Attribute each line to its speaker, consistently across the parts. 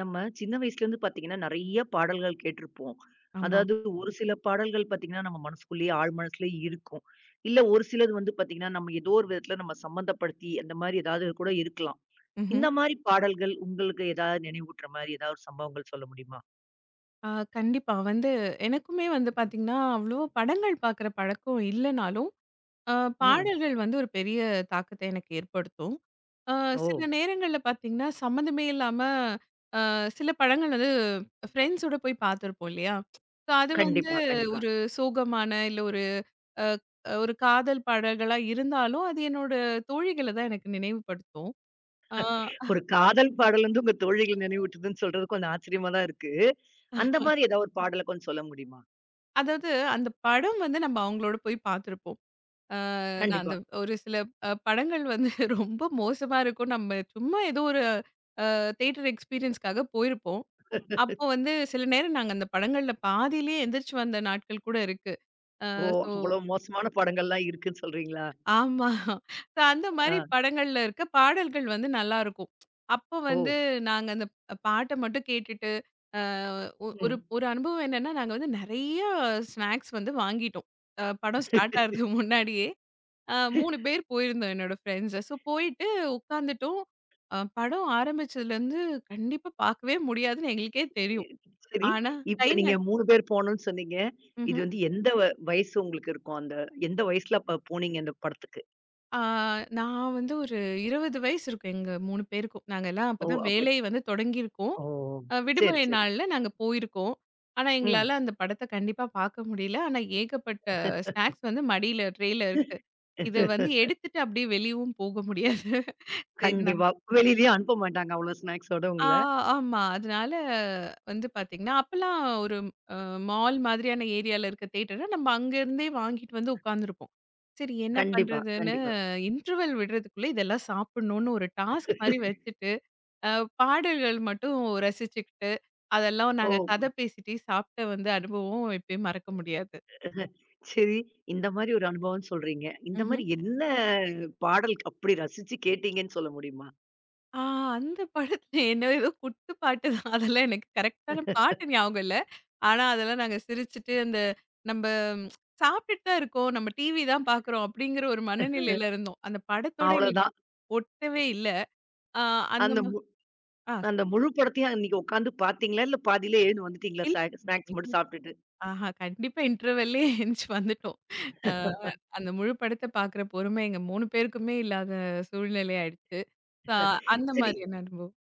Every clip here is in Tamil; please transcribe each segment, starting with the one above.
Speaker 1: நம்ம சின்ன வயசுலேருந்து பார்த்தீங்கன்னா, நெறைய பாடல்கள் கேட்டிருப்போம்.
Speaker 2: ஆமா.
Speaker 1: அதாவது ஒரு சில பாடல்கள் பார்த்தீங்கன்னா, நம்ம மனசுக்குள்ளேயே ஆழ் மனசுலயே இருக்கும். இல்ல ஒரு சிலது வந்து பார்த்தீங்கன்னா, நம்ம ஏதோ ஒரு விதத்துல நம்ம சம்மந்தப்படுத்தி, அந்த மாரி ஏதாவது கூட இருக்கலாம்.
Speaker 2: ம்ஹ்ம்.
Speaker 1: இந்த மாரி பாடல்கள் உங்களுக்கு ஏதாவது நினைவூட்டுற மாரி ஏதாவது ஒரு சம்பவங்கள் சொல்ல முடியுமா?
Speaker 2: ஆ கண்டிப்பா. எனக்குமே வந்து பார்த்தீங்கன்னா, அவ்ளோ படங்கள் பார்க்குற பழக்கம் இல்லனாலும், அ
Speaker 1: ம்.
Speaker 2: பாடல்கள் வந்து ஒரு பெரிய தாக்கத்த எனக்கு ஏற்படுத்தும். அ
Speaker 1: ஓ!
Speaker 2: சில நேரங்கள்ல பார்த்தீங்கன்னா, சம்மந்தமே இல்லாம சில படங்கள் வந்து ஃப்ரெண்ட்ஸோட போய் பார்த்துருப்போம் இல்லையா? ஸோ அது வந்து
Speaker 1: கண்டிப்பா, கண்டிப்பா.
Speaker 2: ஒரு சோகமான இல்ல அ ஒரு காதல் பாடல்களா இருந்தாலும், அது என்னோட தோழிகள தான் எனக்கு நினைவுபடுத்தும். ஆ
Speaker 1: ஒரு காதல் பாடல் வந்து உங்க தோழிகள நினைவூட்டுதுன்னு சொல்றது கொஞ்சம் ஆச்சரியமா தான் இருக்கு. அந்த மாரி ஏதாவது ஒரு பாடல கொஞ்சம் சொல்ல முடியுமா?
Speaker 2: அதாவது அந்த படம் வந்து நம்ம அவங்களோட போய் பார்த்துருப்போம். நான்
Speaker 1: கண்டிப்பா.
Speaker 2: அந்த ஒரு சில படங்கள் வந்து ரொம்ப மோசமா இருக்கும். நம்ம சும்மா ஏதோ ஒரு தியேட்டர் எக்ஸ்பீரியன்ஸ்க்காக போயிருப்போம். அப்போ வந்து சில நேரம் நாங்க அந்த படங்கள்ல பாதியிலேயே எந்திரிச்சு வந்த நாட்கள் கூட இருக்கு. அ
Speaker 1: ஓ!
Speaker 2: ஸோ
Speaker 1: அவ்வளோ மோசமான படங்கள்லாம் இருக்குன்னு சொல்றீங்களா?
Speaker 2: ஆமா. ஸோ அந்த மாரி
Speaker 1: ஆ.
Speaker 2: படங்கள்ல இருக்க பாடல்கள் வந்து நல்லாருக்கும். அப்போ
Speaker 1: ஓ!
Speaker 2: வந்து நாங்க அந்த பாட்ட மட்டும் கேட்டுட்டு, அ ஒ ஒரு
Speaker 1: ம்.
Speaker 2: ஒரு அனுபவம் என்னன்னா, நாங்க வந்து நெறைய ஸ்நாக்ஸ் வந்து வாங்கிட்டோம். படம் ஸ்டார்ட் ஆகுறதுக்கு முன்னாடியே. 3 பேர் போயிருந்தோம் என்னோட ஃப்ரெண்ட்ஸ். ஸோ போயிட்டு உட்காந்துட்டோம். படம் ஆரம்பிச்சதுலேருந்து கண்டிப்பா பார்க்கவே முடியாதுன்னு எங்களுக்கே தெரியும்.
Speaker 1: சரி.
Speaker 2: ஆனா கை
Speaker 1: இப்ப
Speaker 2: ந
Speaker 1: நீங்க 3 பேர் போனோம்னு சொன்னீங்க. இது
Speaker 2: ம்ஹ்ம்.
Speaker 1: வந்து எந்த வயசு உங்களுக்கு இருக்கும்? அந்த எந்த வயசுல அப்ப போனீங்க அந்த படத்துக்கு?
Speaker 2: ஆ நான் வந்து ஒரு 20 வயசு இருக்கும் எங்க 3 பேருக்கும். நாங்க எல்லாம்
Speaker 1: ஓ!
Speaker 2: அப்பதான்
Speaker 1: அப்ப
Speaker 2: வேலை வந்து தொடங்கியிருக்கோம்.
Speaker 1: ஓ! சரி,
Speaker 2: விடுமுறை
Speaker 1: சரி.
Speaker 2: நாள்ல நாங்க போயிருக்கோம். ஆனா
Speaker 1: ம்.
Speaker 2: எங்களால அந்த படத்த கண்டிப்பா பார்க்க முடியல. ஆனா ஏகப்பட்ட ஸ்நாக்ஸ் வந்து மடியில ட்ரேல இருக்கு. இத வந்து எடுத்துட்டு அப்படியே வெளியவும் போக முடியாது. சரி நம்ம
Speaker 1: கண்டிப்பா. வெளியிலயும் அனுப்ப மாட்டாங்க அவ்ளோ ஸ்நாக்ஸோட
Speaker 2: ஆ
Speaker 1: உங்கள.
Speaker 2: ஆமா. அதனால வந்து பார்த்தீங்கன்னா, அப்பலாம் ஒரு அ மால் மாதிரியான ஏரியால இருக்க தியேட்டர நம்ம அங்கருந்தே வாங்கிட்டு வந்து உட்கார்ந்துருப்போம். சரி என்ன
Speaker 1: கண்டிப்பா,
Speaker 2: பண்றதுன்னு
Speaker 1: கண்டிப்பா.
Speaker 2: இன்டர்வல் விடுறதுக்குள்ள இதெல்லாம் சாப்பிடணும்னு ஒரு டாஸ்க் மாரி வச்சுட்டு, அ பாடல்கள் மட்டும் ரசிச்சுக்கிட்டு, அதெல்லாம்
Speaker 1: ஓ!
Speaker 2: நாங்க கதை பேசிட்டே சாப்பிட்ட வந்து அனுபவம் எப்பயும் மறக்க முடியாது.
Speaker 1: சரி. இந்த மாரி ஒரு அனுபவம்னு சொல்றீங்க. இந்த மாரி என்ன பாடல் அப்படி ரசிச்சு கேட்டீங்கன்னு சொல்ல முடியுமா?
Speaker 2: ஆ அந்த படத்துல என்ன ஏதோ குத்து பாட்டு தான். அதெல்லாம் எனக்கு கரெக்ட்டான பாட்டு ஞாபகம் இல்ல. ஆனா, அதெல்லாம் நாங்க சிரிச்சுட்டு அந்த நம்ப சாப்பிட்டுட்டு தான் இருக்கோம். நம்ம டிவி தான் பார்க்குறோம் அப்படிங்கிற ஒரு
Speaker 1: அ
Speaker 2: மனநிலையில இருந்தோம். அந்த படத்தோட எங்களுக்கு
Speaker 1: அவ்வளோதான்.
Speaker 2: ஒட்டவே இல்ல. ஆ அந்த
Speaker 1: அந்த
Speaker 2: மா ஆ
Speaker 1: அந்த
Speaker 2: சரி.
Speaker 1: முழு படத்தையும் அன்னைக்கு உட்காந்து பார்த்தீங்களா? இல்ல பாதியிலே எழுந்து வந்துட்டீங்களா?
Speaker 2: இல்
Speaker 1: ஸ்நாக்ஸ் மட்டும் சாப்பிட்டுட்டு.
Speaker 2: ஆஹா கண்டிப்பா இன்டர்வெல்லயே எந்திச்சு வந்துட்டோம். அ அந்த முழு படத்த பார்க்குற பொறுமை எங்க 3 பேருக்குமே இல்லாத சூழ்நிலை ஆயிடுச்சு. ச அந்த
Speaker 1: சரி.
Speaker 2: மாரியான அனுபவம்.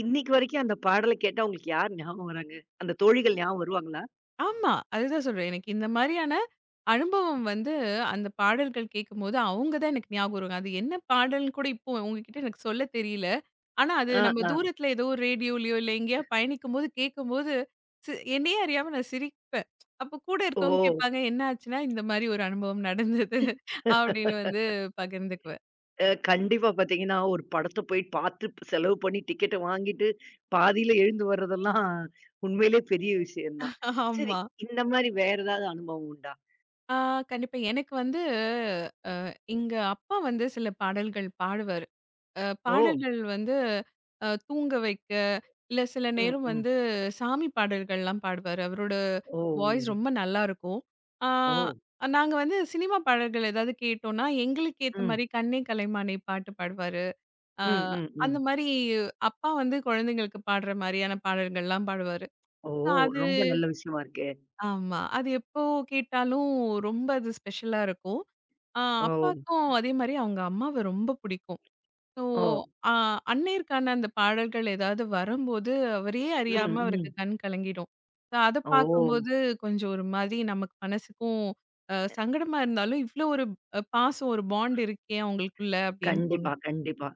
Speaker 1: இன்னைக்கு வரைக்கும் அந்த பாடல கேட்டா உங்களுக்கு யார் ஞாபகம் வராங்க? அந்த தோழிகள் ஞாபகம் வருவாங்களா?
Speaker 2: ஆமா. அதுதான் சொல்றேன். எனக்கு இந்த மாரியான அனுபவம் வந்து அந்த பாடல்கள் கேட்கும்போது, அவங்க தான் எனக்கு ஞாபகம் வருவாங்க. அது என்ன பாடல்ன்னு கூட இப்போ உங்ககிட்ட எனக்கு சொல்ல தெரியல. ஆனா, அது
Speaker 1: ஆ,
Speaker 2: நம்ம
Speaker 1: ஆ.
Speaker 2: தூரத்துல ஏதோ ஒரு ரேடியோலயோ இல்ல எங்கேயாவது பயணிக்கும்போது கேட்கும்போது, என்னையே அறியாம நான் சிரிப்பேன். அப்போ கூட
Speaker 1: ஓ!
Speaker 2: இருக்கவங்க கேட்பாங்க, "என்ன ஆச்சுன்னா, இந்த மாரி ஒரு அனுபவம் நடந்தது." அப்படின்னு வந்து பகிர்ந்துக்குவேன்.
Speaker 1: அ கண்டிப்பா பார்த்தீங்கன்னா, ஒரு படத்த போய் பார்த்து செலவு பண்ணி டிக்கெட்ட வாங்கிட்டு, பாதியில எழுந்து வர்றதெல்லாம் உண்மையிலே பெரிய விஷயம் தான். சரி,
Speaker 2: ஆமா.
Speaker 1: இந்த மாரி வேற ஏதாவது அனுபவம் உண்டா?
Speaker 2: ஆ கண்டிப்பா. எனக்கு வந்து எங்க அப்பா வந்து சில பாடல்கள் பாடுவாரு.
Speaker 1: ஓ!
Speaker 2: பாடல்கள் வந்து தூங்க வைக்க, இல்ல சில
Speaker 1: ம்,
Speaker 2: நேரம்
Speaker 1: ம்.
Speaker 2: வந்து சாமி பாடல்கள்லாம் பாடுவாரு. அவரோட
Speaker 1: ஓ!
Speaker 2: வாய்ஸ்
Speaker 1: ஓ!
Speaker 2: ரொம்ப நல்லாருக்கும். ஆ
Speaker 1: ஓ!
Speaker 2: நாங்க வந்து சினிமா பாடல்கள் ஏதாவது கேட்டோம்னா, எங்களுக்கு ஏத்த
Speaker 1: ம்.
Speaker 2: மாரி கண்ணே கலைமானே பாட்டு பாடுவாரு. அ
Speaker 1: ம், ம்,
Speaker 2: அந்த
Speaker 1: ம்.
Speaker 2: மாரி அப்பா வந்து குழந்தைங்களுக்கு பாடுற மாரியான பாடல்கள்லாம் பாடுவாரு.
Speaker 1: ஓ!
Speaker 2: So அது
Speaker 1: ரொம்ப நல்ல விஷயமா இருக்கே!
Speaker 2: ஆமா. அது எப்போ கேட்டாலும் ரொம்ப அது ஸ்பெஷலா இருக்கும். அ
Speaker 1: ஓ!
Speaker 2: அப்பாக்கும் அதே மாரி அவங்க அம்மாவ ரொம்ப புடிக்கும். ஸோ,
Speaker 1: ஓ!
Speaker 2: அ அன்னையருக்கான அந்த பாடல்கள் ஏதாவது வரும்போது, அவரையே
Speaker 1: ம்,
Speaker 2: அறியாம அவருக்கு
Speaker 1: ம்.
Speaker 2: கண் கலங்கிடும். ஸோ, அத
Speaker 1: ஓ!
Speaker 2: பார்க்கும்போது கொஞ்சம் ஒரு மாதிரி நமக்கு மனசுக்கும் சங்கடமா இருந்தாலும், இவ்ளோ ஒரு பாசம் ஒரு பாண்ட் இருக்கே அவங்களுக்குள்ள அப்படின்னு
Speaker 1: கண்டிப்பா,
Speaker 2: தோணும்.
Speaker 1: கண்டிப்பா.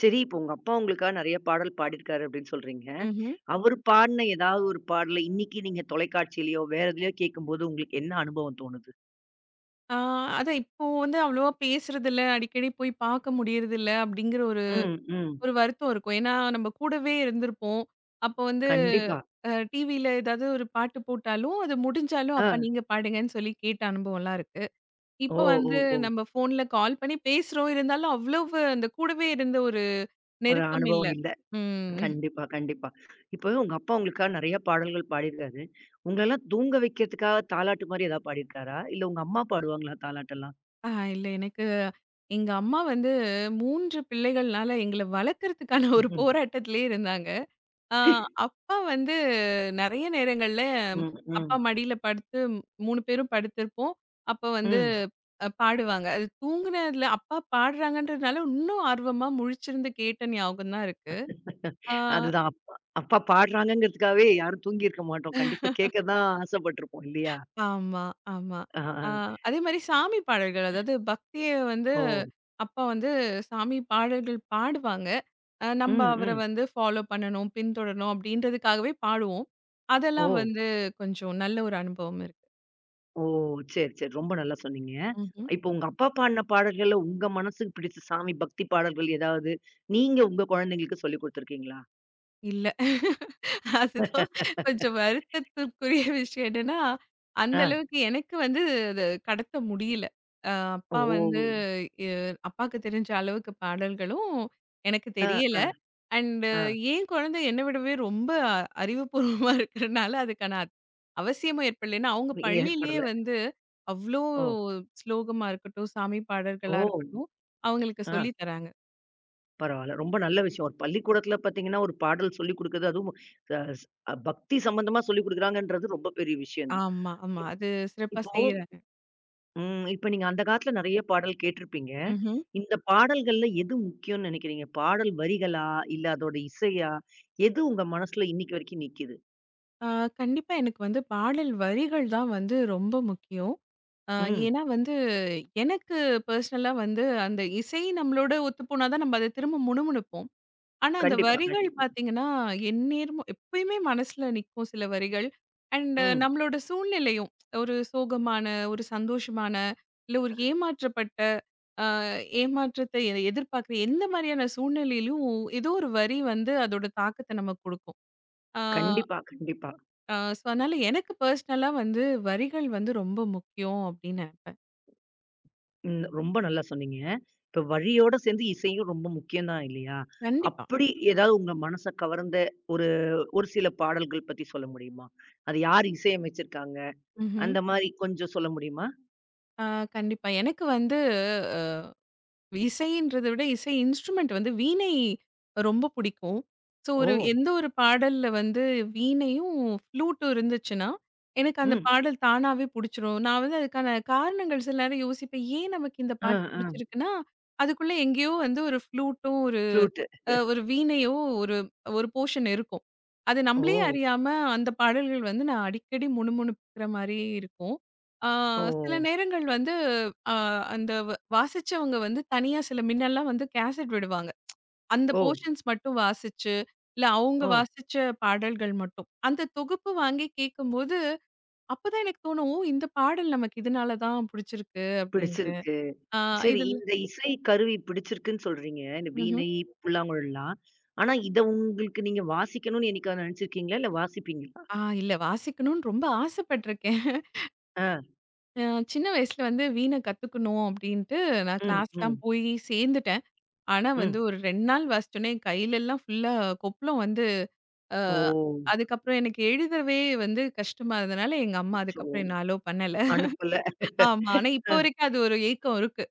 Speaker 1: சரி, இப்போ உங்க அப்பா உங்களுக்காக நெறைய பாடல் பாடியிருக்காரு அப்படின்னு சொல்றீங்க.
Speaker 2: ம்ஹ்ம்.
Speaker 1: அவரு பாடுன ஏதாவது ஒரு பாடல இன்னைக்கு நீங்க தொலைக்காட்சியிலயோ, வேற எதுலயோ கேட்கும்போது உங்களுக்கு என்ன அனுபவம் தோணுது?
Speaker 2: ஆ அதான் இப்போ வந்து அவ்வளவா பேசுறதில்ல, அடிக்கடி போய் பார்க்க முடியறதில்ல அப்படிங்கிற ஒரு
Speaker 1: ம், ம்.
Speaker 2: ஒரு வருத்தம் இருக்கும். ஏன்னா நம்ம கூடவே இருந்திருப்போம். அப்போ வந்து
Speaker 1: கண்டிப்பா.
Speaker 2: டிவியில ஏதாவது ஒரு பாட்டு போட்டாலும், அது முடிஞ்சாலும்,
Speaker 1: ஆ.
Speaker 2: "அப்பா நீங்க பாடுங்கன்னு" சொல்லி கேட்ட அனுபவம்லாம் இருக்கு.
Speaker 1: ஓ,
Speaker 2: இப்ப
Speaker 1: ஓ,
Speaker 2: வந்து
Speaker 1: ஓ!
Speaker 2: நம்ம ஃபோன்ல கால் பண்ணி பேசுறோம். இருந்தாலும் அவ்வளவு அந்த கூடவே இருந்த ஒரு
Speaker 1: ஒரு
Speaker 2: நெருக்கம் இல்ல.
Speaker 1: அனுபவம் இல்ல.
Speaker 2: ம்.
Speaker 1: கண்டிப்பா, கண்டிப்பா. இப்போ உங்க அப்பா உங்களுக்காக நெறைய பாடல்கள் பாடியிருக்காரு. உங்களலாம் தூங்க வைக்கிறதுக்காக தாலாட்டு மாரி ஏதாவது பாடியிருக்காரா? இல்ல உங்க அம்மா பாடுவாங்களா தாலாட்டெல்லாம்?
Speaker 2: இல்ல எனக்கு எங்க அம்மா வந்து 3 பிள்ளைகள்னால எங்கள வளர்க்கறதுக்கான
Speaker 1: ம்,
Speaker 2: ஒரு
Speaker 1: ம்.
Speaker 2: போராட்டத்திலேயே இருந்தாங்க. ஆ அப்பா வந்து நெறைய நேரங்கள்ல ம், அப்பா
Speaker 1: ம்.
Speaker 2: மடியில படுத்து 3 பேரும் படுத்திருப்போம். அப்ப வந்து
Speaker 1: ம்.
Speaker 2: பாடுவாங்க. அது தூங்குனதுல அப்பா பாடுறாங்கன்றதுனால இன்னும் ஆர்வமா முழிச்சிருந்து கேட்ட ஞாபகம் தான் இருக்கு. ஆ.
Speaker 1: அதுதான். அப்பா அப்பா பாடுறாங்கங்கிறதுக்காகவே யாரும் தூங்கியிருக்க மாட்டோம். கண்டிப்பா கேட்க தான் ஆசைப்பட்டுருப்போம் இல்லையா?
Speaker 2: ஆமா, ஆமா.
Speaker 1: ஆ, ஆ.
Speaker 2: ஆ அதேமாரி சாமி பாடல்கள். அதாவது பக்திய வந்து
Speaker 1: ஓ!
Speaker 2: அப்பா வந்து சாமி பாடல்கள் பாடுவாங்க. நம்ப
Speaker 1: ம்,
Speaker 2: அவர
Speaker 1: ம்.
Speaker 2: வந்து ஃபாலோ பண்ணணும், பின்தொடரணும் அப்டின்றதுக்காகவே பாடுவோம். அதெல்லாம்
Speaker 1: ஓ!
Speaker 2: வந்து கொஞ்சம் நல்ல ஒரு அனுபவம் இருக்கு.
Speaker 1: ஓ! சரி, சரி. ரொம்ப நல்லா சொன்னீங்க.
Speaker 2: ம்ஹ்ம்.
Speaker 1: இப்போ உங்க அப்பா பாடின பாடல்கள்ல உங்க மனசுக்கு பிடிச்ச சாமி பக்தி பாடல்கள் ஏதாவது நீங்க உங்க குழந்தைங்களுக்கு சொல்லிக் குடுத்துருக்கீங்களா?
Speaker 2: இல்ல. அதுதான் கொஞ்சம் வருத்தத்திற்குரிய விஷயம் என்னன்னா, அந்த
Speaker 1: ஆ.
Speaker 2: அளவுக்கு எனக்கு வந்து அது கடத்த முடியல. அ
Speaker 1: ஓ!
Speaker 2: அப்பா வந்து எ அப்பாக்கு தெரிஞ்ச அளவுக்கு பாடல்களும் எனக்கு
Speaker 1: ஆ,
Speaker 2: தெரியல.
Speaker 1: ஆ,
Speaker 2: அண்ட்
Speaker 1: ஆ.
Speaker 2: என் குழந்தை என்ன விடவே ரொம்ப அறிவுபூர்வமா இருக்கிறனால அவசியமும் ஏற்படல ஏன்னா அவங்க பள்ளியிலேயே
Speaker 1: ஏற்படல.
Speaker 2: வந்து அவ்வளோ
Speaker 1: ஓ!
Speaker 2: ஸ்லோகமா இருக்கட்டும் சாமி பாடல்களா
Speaker 1: ஓ!
Speaker 2: இருக்கட்டும் அவங்களுக்கு
Speaker 1: ஆ.
Speaker 2: சொல்லி தராங்க.
Speaker 1: பரவால்ல. ரொம்ப நல்ல விஷயம். ஒரு பள்ளிக்கூடத்தில பார்த்தீங்கன்னா, ஒரு பாடல் சொல்லிக் குடுக்குறது அதுவும் அ ஸ் பக்தி சம்பந்தமா சொல்லிக் குடுக்குறாங்கன்றது ரொம்ப பெரிய விஷயம் தான்.
Speaker 2: ஆமா, ஆமா.
Speaker 1: இப்
Speaker 2: அது சிறப்பா
Speaker 1: இப்போ
Speaker 2: செய்யறாங்க.
Speaker 1: ம். இப்ப நீங்க அந்த காலத்தில நெறைய பாடல் கேட்டிருப்பீங்க.
Speaker 2: ம்ஹும்.
Speaker 1: இந்த பாடல்கள்ல எது முக்கியம்னு நெனைக்கிறீங்க? பாடல் வரிகளா? இல்ல அதோட இசையா? எது உங்க மனசுல இன்னைக்கு வரைக்கும் நிக்கிது?
Speaker 2: கண்டிப்பா எனக்கு வந்து பாடல் வரிகள் தான் வந்து ரொம்ப முக்கியம்.
Speaker 1: ம்.
Speaker 2: ஏன்னா வந்து எனக்கு பர்சனலா வந்து அந்த இசை நம்மளோட ஒத்து போனாதான் நம்ம அதை திரும்ப முணுமுணுப்போம். ஆனா, அந்த
Speaker 1: கண்டிப்பா,
Speaker 2: வரிகள்
Speaker 1: கண்டிப்பா.
Speaker 2: பார்த்தீங்கன்னா, எந்நேரமும் எப்பயுமே மனசுல நிக்கும் சில வரிகள். அண்ட்
Speaker 1: ம்.
Speaker 2: நம்மளோட சூழ்நிலையும் ஒரு சோகமான, ஒரு சந்தோஷமான, இல்ல ஒரு ஏமாற்றப்பட்ட ஏமாற்றத்தை எதிர்பார்க்குற எந்த மாதிரியான சூழ்நிலையிலும் ஏதோ ஒரு வரி வந்து அதோட தாக்கத்த நமக்கு குடுக்கும். ஆ,
Speaker 1: கண்டிப்பா, கண்டிப்பா.
Speaker 2: ஆ ஸோ அதனால எனக்கு பர்சனலா வந்து வரிகள் வந்து ரொம்ப முக்கியம் அப்டின்னு நெனப்பேன்.
Speaker 1: ம். ரொம்ப நல்லா சொன்னீங்க. இப்ப வரியோட சேர்ந்து இசையும் ரொம்ப முக்கியம் தான் இல்லையா?
Speaker 2: கண்டிப்பா.
Speaker 1: அப்படி ஏதாவது உங்க மனச கவர்ந்த ஒரு ஒரு சில பாடல்கள் பத்தி சொல்ல முடியுமா? அது யார் இசையமைச்சிருக்காங்க?
Speaker 2: ம்ஹ்ம்.
Speaker 1: அந்த மாரி கொஞ்சம் சொல்ல முடியுமா?
Speaker 2: ஆ கண்டிப்பா. எனக்கு வந்து அ இசைன்றத விட இசை இன்ஸ்ட்ருமெண்ட் வந்து வீணை ரொம்ப பிடிக்கும். ஸோ,
Speaker 1: ஓ!
Speaker 2: ஒரு எந்த ஒரு பாடல்ல வந்து வீணையும், ஃப்ளூட்டும் இருந்துச்சுன்னா, எனக்கு அந்த
Speaker 1: ம்.
Speaker 2: பாடல் தானாவே புடிச்சிரும். நான் வந்து அதுக்கான காரணங்கள் சில நேரம் யோசிப்பேன். ஏன் நமக்கு இந்த
Speaker 1: ஆ,
Speaker 2: பாட்டு
Speaker 1: ஆ.
Speaker 2: புடிச்சிருக்குன்னா, அதுக்குள்ள எங்கேயோ வந்து ஒரு ஃப்ளூட்டும்,
Speaker 1: ஃப்ளூட்டு.
Speaker 2: ஒரு வீணையோ, ஒரு ஒரு போர்ஷன் இருக்கும். அது நம்மளே
Speaker 1: ஓ!
Speaker 2: அறியாம அந்த பாடல்கள் வந்து நான் அடிக்கடி முணுமுணுக்கிற மாரியே இருக்கும். ஆ
Speaker 1: ஓ!
Speaker 2: சில நேரங்கள் வந்து அ அந்த வாசிச்சவங்க வந்து தனியா சில மின்னல்லாம் வந்து கேசட் விடுவாங்க. அந்த
Speaker 1: ஓ!
Speaker 2: போர்ஷன்ஸ் மட்டும் வாசிச்சு, இல்ல அவங்க
Speaker 1: ஓ!
Speaker 2: வாசிச்ச பாடல்கள் மட்டும். அந்த தொகுப்பு வாங்கி கேட்கும்போது, அப்பதான் எனக்கு தோணும், "ஓ! இந்த பாடல் நமக்கு இதனால தான் புடிச்சிருக்கு" அப்படின்ட்டு.
Speaker 1: பிடிச்சிருக்கு.
Speaker 2: ஆ
Speaker 1: சரி,
Speaker 2: இதில
Speaker 1: இந்த இசை கருவி பிடிச்சிருக்குன்னு சொல்றீங்க. இந்த
Speaker 2: ம்ஹ்ம்.
Speaker 1: வீணை, புல்லாங்குழல்லாம். ஆனா, இத உங்களுக்கு நீங்க வாசிக்கணும்னு என்னைக்காவது நெனச்சிருக்கீங்களா? இல்ல வாசிப்பீங்களா?
Speaker 2: ஆ இல்ல வாசிக்கணும்னு ரொம்ப ஆசைப்பட்டுருக்கேன்.
Speaker 1: ஆ.
Speaker 2: அ சின்ன வயசுல வந்து வீணை கத்துக்கணும் அப்படின்ட்டு நான்
Speaker 1: ம்,
Speaker 2: கிளாஸ்லாம்
Speaker 1: ம்,
Speaker 2: போய் சேர்ந்துட்டேன். ஆனா வந்து
Speaker 1: ம்.
Speaker 2: ஒரு 2 நாள் வாசிச்சோன்னே என் கையிலெல்லாம் ஃபுல்லா கொப்பளம் வந்து அ
Speaker 1: ஓ!
Speaker 2: அதுக்கப்புறம் எனக்கு எழுதவே வந்து கஷ்டமா இருந்தனால எங்க அம்மா
Speaker 1: அச்சோ!
Speaker 2: அதுக்கப்புறம் என்ன அலோவ் பண்ணல.
Speaker 1: அனுப்பல.
Speaker 2: ஆமா. ஆனா இப்போ
Speaker 1: அ.
Speaker 2: வரைக்கும் அது ஒரு ஏக்கம் இருக்கு.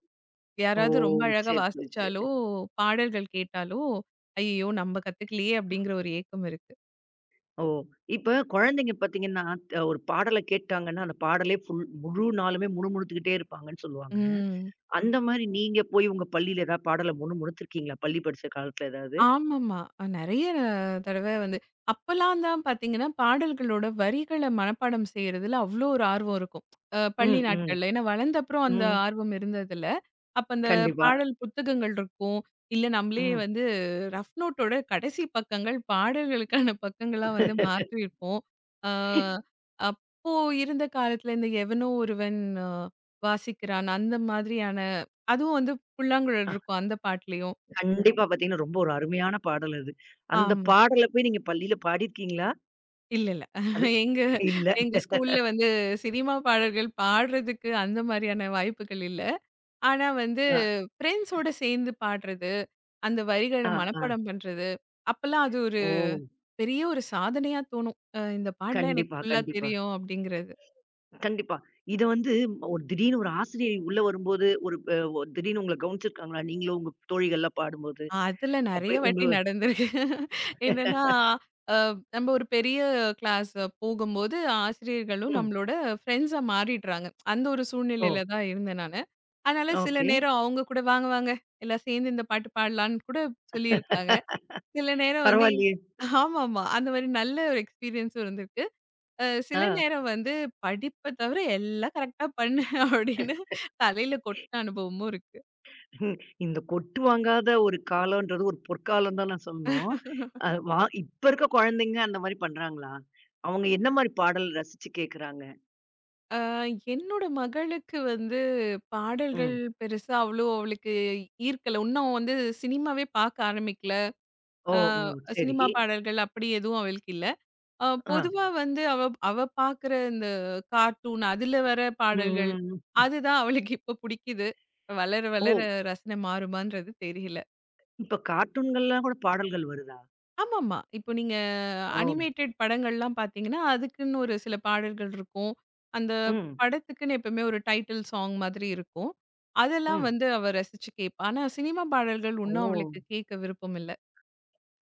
Speaker 1: ஓ!
Speaker 2: யாராவது ரொம்ப அழகா
Speaker 1: சரி, சரி,
Speaker 2: வாசிச்சாலோ,
Speaker 1: சரி.
Speaker 2: பாடல்கள் கேட்டாலோ, ஐயையோ! நம்ம கத்துக்கலையே அப்படிங்கிற ஒரு ஏக்கம் இருக்கு.
Speaker 1: ஓ! இப்ப குழந்தைங்க பார்த்தீங்கன்னா, ஒரு பாடல கேட்டாங்கன்னா, அந்த பாடலே ஃபுல் முழு நாளுமே முணுமுணுத்துக்கிட்டே இருப்பாங்கன்னு சொல்லுவாங்க.
Speaker 2: ம்.
Speaker 1: அந்த மாரி நீங்க போய் உங்க பள்ளியில ஏதாவது பாடல முணுமுணுத்துருக்கீங்களா? பள்ளி படிச்ச காலத்துல ஏதாவது?
Speaker 2: ஆமாமா. நெறைய தடவ வந்து அப்பலாம் தான் பார்த்தீங்கன்னா, பாடல்களோட வரிகள மனப்பாடம் செய்றதுல அவ்ளோ ஒரு ஆர்வம் இருக்கும். பள்ளி
Speaker 1: ம், ம்,
Speaker 2: நாட்கள்ல. ஏன்னா வளர்ந்த அப்புறம் அந்த
Speaker 1: ம்.
Speaker 2: ஆர்வம் இருந்ததில்ல. அப்ப அந்த
Speaker 1: கண்டிப்பா.
Speaker 2: பாடல் புத்தகங்கள் இருக்கும். இல்ல நம்மளே
Speaker 1: ம்.
Speaker 2: வந்து ரஃப் நோட்டோட கடைசி பக்கங்கள் பாடல்களுக்கான பக்கங்களா வந்து மாற்றியிருப்போம். அ அப்போ இருந்த காலத்துல இந்த எவனோ ஒருவன் அஹ், வாசிக்கிறான் அந்த மாதிரியான அதுவும் வந்து புல்லாங்குழல்
Speaker 1: அ
Speaker 2: இருக்கும் அந்த பாட்டுலயும்.
Speaker 1: கண்டிப்பா பார்த்தீங்கன்னா, ரொம்ப ஒரு அருமையான பாடல் அது. அந்த
Speaker 2: ஆமா.
Speaker 1: பாடல போய் நீங்க பள்ளியில பாடியிருக்கீங்களா?
Speaker 2: இல்ல, இல்ல.
Speaker 1: அது
Speaker 2: எங்க
Speaker 1: இல்ல.
Speaker 2: எங்க ஸ்கூல்ல வந்து சினிமா பாடல்கள் பாடுறதுக்கு அந்த மாரியான வாய்ப்புகள் இல்ல. ஆனா வந்து
Speaker 1: அ,
Speaker 2: ஃப்ரெண்ட்ஸோட சேர்ந்து பாடுறது, அந்த
Speaker 1: அ,
Speaker 2: வரிகள
Speaker 1: அ.
Speaker 2: மனப்பாடம் பண்றது, அப்பலாம் அது ஒரு
Speaker 1: ஓ!
Speaker 2: பெரிய ஒரு சாதனையா தோணும். இந்த பாடலாம் எனக்கு
Speaker 1: கண்டிப்பா,
Speaker 2: ஃபுல்லா
Speaker 1: கண்டிப்பா.
Speaker 2: தெரியும் அப்படிங்கிறது.
Speaker 1: கண்டிப்பா. இத வந்து ஒரு திடீர்னு ஒரு ஆசிரியை உள்ள வரும்போது, ஒரு ப திடீர்னு உங்கள கவனிச்சிருக்காங்களா? நீங்களும் உங்க தோழிகள்லாம் பாடும்போது?
Speaker 2: அதுல நெறைய
Speaker 1: அப்ப உங்க
Speaker 2: வாட்டி நடந்திருக்கு. என்னன்னா, அ நம்ம ஒரு பெரிய கிளாஸ் போகும்போது ஆசிரியர்களும்
Speaker 1: ம்.
Speaker 2: நம்மளோட ஃப்ரெண்ட்ஸா மாறிடுறாங்க. அந்த ஒரு
Speaker 1: ஓ!
Speaker 2: சூழ்நிலையில தான் இருந்தேன் நானு. அதனால சில
Speaker 1: ஓகே.
Speaker 2: நேரம் அவங்க கூட வாங்க வாங்க எல்லாம் சேர்ந்து இந்த பாட்டு பாடலான்னு கூட சொல்லியிருக்காங்க. சில நேரம் வந்து
Speaker 1: பரவாயில்லையே!
Speaker 2: ஆமாமா. அந்த மாரி நல்ல ஒரு எக்ஸ்பீரியன்ஸும் இருந்திருக்கு. சில
Speaker 1: ஆ.
Speaker 2: நேரம் வந்து படிப்ப தவிர எல்லாம் கரெக்ட்டா பண்ணு அப்படின்னு தலையில கொட்டுன அனுபவமும் இருக்கு.
Speaker 1: ம். இந்த கொட்டு வாங்காத ஒரு காலம்ன்றது ஒரு பொற்காலம் தான் நான் சொல்லணும். அ வா இப்ப இருக்க குழந்தைங்க அந்த மாரி பண்றாங்களா? அவங்க என்ன மாரி பாடல் ரசிச்சு கேட்கறாங்க?
Speaker 2: ஆ, என்னோட மகளுக்கு வந்து பாடல்கள்
Speaker 1: ம்.
Speaker 2: பெருசா அவ்வளோ அவளுக்கு ஈர்க்கல. இன்னும் வந்து சினிமாவே பார்க்க ஆரம்பிக்கல.
Speaker 1: ஓ!
Speaker 2: ஆ
Speaker 1: ஓ! சரி.
Speaker 2: சினிமா பாடல்கள் அப்படி எதுவும் அவளுக்கு இல்ல.
Speaker 1: ஆ.
Speaker 2: பொதுவா வந்து அவ அவ பார்க்குற இந்த கார்ட்டூன் அதுல வர
Speaker 1: ம்.
Speaker 2: பாடல்கள்,
Speaker 1: ம். ம்.
Speaker 2: அதுதான் அவளுக்கு இப்ப புடிக்குது. வளர வளர
Speaker 1: ஓ!
Speaker 2: ரசனை மாறுமான்றது தெரியல.
Speaker 1: இப்ப கார்ட்டூன்கள்லாம் கூட பாடல்கள் வருதா?
Speaker 2: ஆமாமா. இப்போ நீங்க
Speaker 1: ஓ!
Speaker 2: அனிமேட்டட் படங்கள்லாம் பார்த்தீங்கன்னா, அதுக்குன்னு ஒரு சில பாடல்கள் இருக்கும். அந்த
Speaker 1: ம்.
Speaker 2: படத்துக்குன்னு எப்பவுமே ஒரு டைட்டில் சாங் மாதிரி இருக்கும். அதெல்லாம்
Speaker 1: ம்.
Speaker 2: வந்து அவ ரசிச்சு கேட்பா. ஆனா, சினிமா பாடல்கள்
Speaker 1: ஓ!
Speaker 2: ஒண்ணும் அவளுக்கு கேட்க விருப்பம் இல்ல.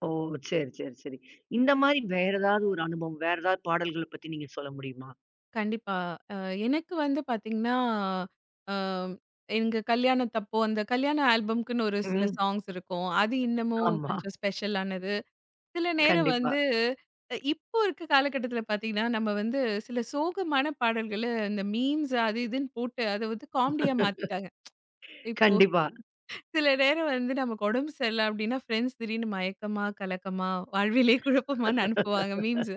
Speaker 1: ஓ! சரி, சரி, சரி. இந்த மாரி வேற ஏதாவது ஒரு அனுபவம், வேற ஏதாவது பாடல்கள பத்தி நீங்க சொல்ல முடியுமா?
Speaker 2: கண்டிப்பா. அ எனக்கு வந்து பார்த்தீங்கன்னா, அ எங்க கல்யாணத்தப்போ அந்த கல்யாண ஆல்பம்க்குன்னு ஒரு சில
Speaker 1: ம்.
Speaker 2: சாங்ஸ் இருக்கும். அது இன்னமும்
Speaker 1: ஆமா.
Speaker 2: கொஞ்சம் ஸ்பெஷலானது. சில நேரம்
Speaker 1: கண்டிப்பா.
Speaker 2: வந்து இப்போ இருக்க காலகட்டத்தில பார்த்தீங்கன்னா, நம்ம வந்து சில சோகமான பாடல்கள இந்த மீம்ஸ் அது இதுன்னு போட்டு அத வந்து காமெடியா மாத்திட்டாங்க. இப்போ
Speaker 1: கண்டிப்பா.
Speaker 2: சில நேரம் வந்து நமக்கு உடம்பு சரியில்ல அப்டின்னா, ஃப்ரெண்ட்ஸ் திடீர்னு மயக்கமா, கலக்கமா, வாழ்விலே குழப்பமான்னு அனுப்புவாங்க மீம்ஸு.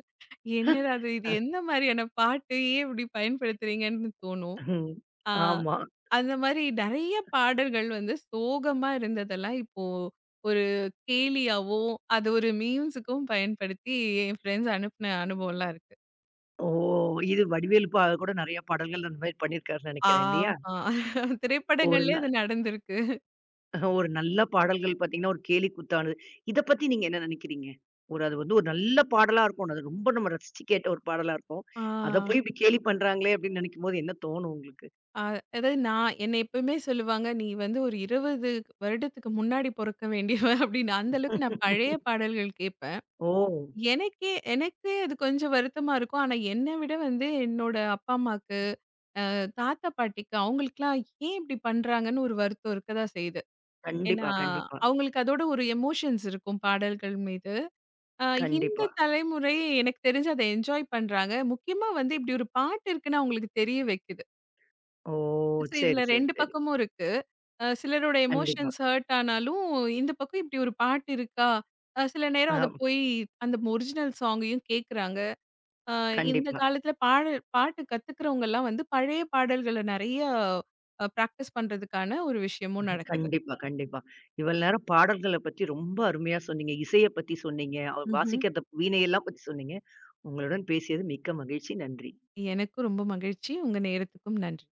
Speaker 2: என்னடா இது? இது என்ன மாரியான பாட்டு? ஏன் இப்டி பயன்படுத்துறீங்கன்னு தோணும்.
Speaker 1: ம்.
Speaker 2: ஆ.
Speaker 1: ஆமா.
Speaker 2: அந்த மாரி நெறைய பாடல்கள் வந்து சோகமா இருந்ததெல்லாம் இப்போ ஒரு கேலியாவோ, அது ஒரு மீம்ஸுக்கும் பயன்படுத்தி என் ஃப்ரெண்ட்ஸ் அனுப்புன அனுபவம்லாம் இருக்கு.
Speaker 1: ஓ! இது வடிவேலு பா கூட நெறைய பாடல்கள் அந்த மாரி பண்ணியிருக்காருன்னு நெனைக்கிறேன் இல்லையா?
Speaker 2: ஆமா.
Speaker 1: ஒரு
Speaker 2: திரைப்படங்கள்லயே
Speaker 1: ந
Speaker 2: அது நடந்திருக்கு.
Speaker 1: ஒரு நல்ல பாடல்கள் பார்த்தீங்கன்னா, ஒரு கேலி கூத்தானது. இத பத்தி நீங்க என்ன நெனைக்கிறீங்க? ஒரு அது வந்து ஒரு நல்ல பாடலா இருக்கும். அது ரொம்ப நம்ம ரசிச்சு கேட்ட ஒரு பாடலா இருக்கும்.
Speaker 2: ஆ.
Speaker 1: அத போய் இப்டி கேலி பண்றாங்களே! அப்டின்னு நெனைக்கும்போது என்ன தோணும் உங்களுக்கு?
Speaker 2: அ அதாவது நான் என்னை எப்பவுமே சொல்லுவாங்க, "நீ வந்து ஒரு 20 வருடத்துக்கு முன்னாடி பொறக்க வேண்டியவ" அப்படின்னு. அந்த அளவுக்கு நான் பழைய பாடல்கள் கேட்பேன்.
Speaker 1: ஓ!
Speaker 2: எனக்கே எனக்கே அது கொஞ்சம் வருத்தமா இருக்கும். ஆனா, என்ன விட வந்து என்னோட அப்பா, அம்மாக்கு தாத்தா பாட்டிக்கு அவங்களுக்குலாம் ஏன் இப்படி பண்றாங்கன்னு ஒரு வருத்தம் இருக்கதான் செய்யுது. ஏன்னா,
Speaker 1: கண்டிப்பா, கண்டிப்பா,
Speaker 2: அவங்களுக்கு அதோட ஒரு எமோஷன்ஸ் இருக்கும் பாடல்கள் மீது. அ இந்த
Speaker 1: கண்டிப்பா.
Speaker 2: தலைமுறை எனக்கு தெரிஞ்சு அத என்ஜாய் பண்றாங்க. முக்கியமா வந்து இப்படி ஒரு பாட்டு இருக்குன்னு அவங்களுக்கு தெரிய வைக்குது.
Speaker 1: ஓ!
Speaker 2: சோ இதுல
Speaker 1: சரி, சரி,
Speaker 2: 2
Speaker 1: சரி.
Speaker 2: பக்கமும் இருக்கு. சிலரோட
Speaker 1: கண்டிப்பா.
Speaker 2: எமோஷன்ஸ் ஹர்ட் ஆனாலும், இந்த பக்கம் இப்படி ஒரு பாட்டு இருக்கா? சில நேரம் அத
Speaker 1: ஆமா.
Speaker 2: போய் அந்த ஒரிஜினல் சாங்கையும் கேட்குறாங்க. அ இந்த
Speaker 1: கண்டிப்பா,
Speaker 2: காலத்துல பாடல் பாட்டு கத்துக்கிறவங்கலாம் வந்து பழைய பாடல்கள நெறைய பிராக்டிஸ் பண்றதுக்கான ஒரு விஷயமும் நடக்குது.
Speaker 1: கண்டிப்பா, கண்டிப்பா. இவ்வளவு நேரம் பாடல்கள பத்தி ரொம்ப அருமையா சொன்னீங்க. இசைய பத்தி சொன்னீங்க. அவர்
Speaker 2: ம்ஹ்ம்.
Speaker 1: வாசிக்கிறத வீணையெல்லாம் பத்தி சொன்னீங்க. உங்களுடன் பேசியது மிக்க மகிழ்ச்சி. நன்றி.
Speaker 2: எனக்கும் ரொம்ப மகிழ்ச்சி. உங்க நேரத்துக்கும் நன்றி.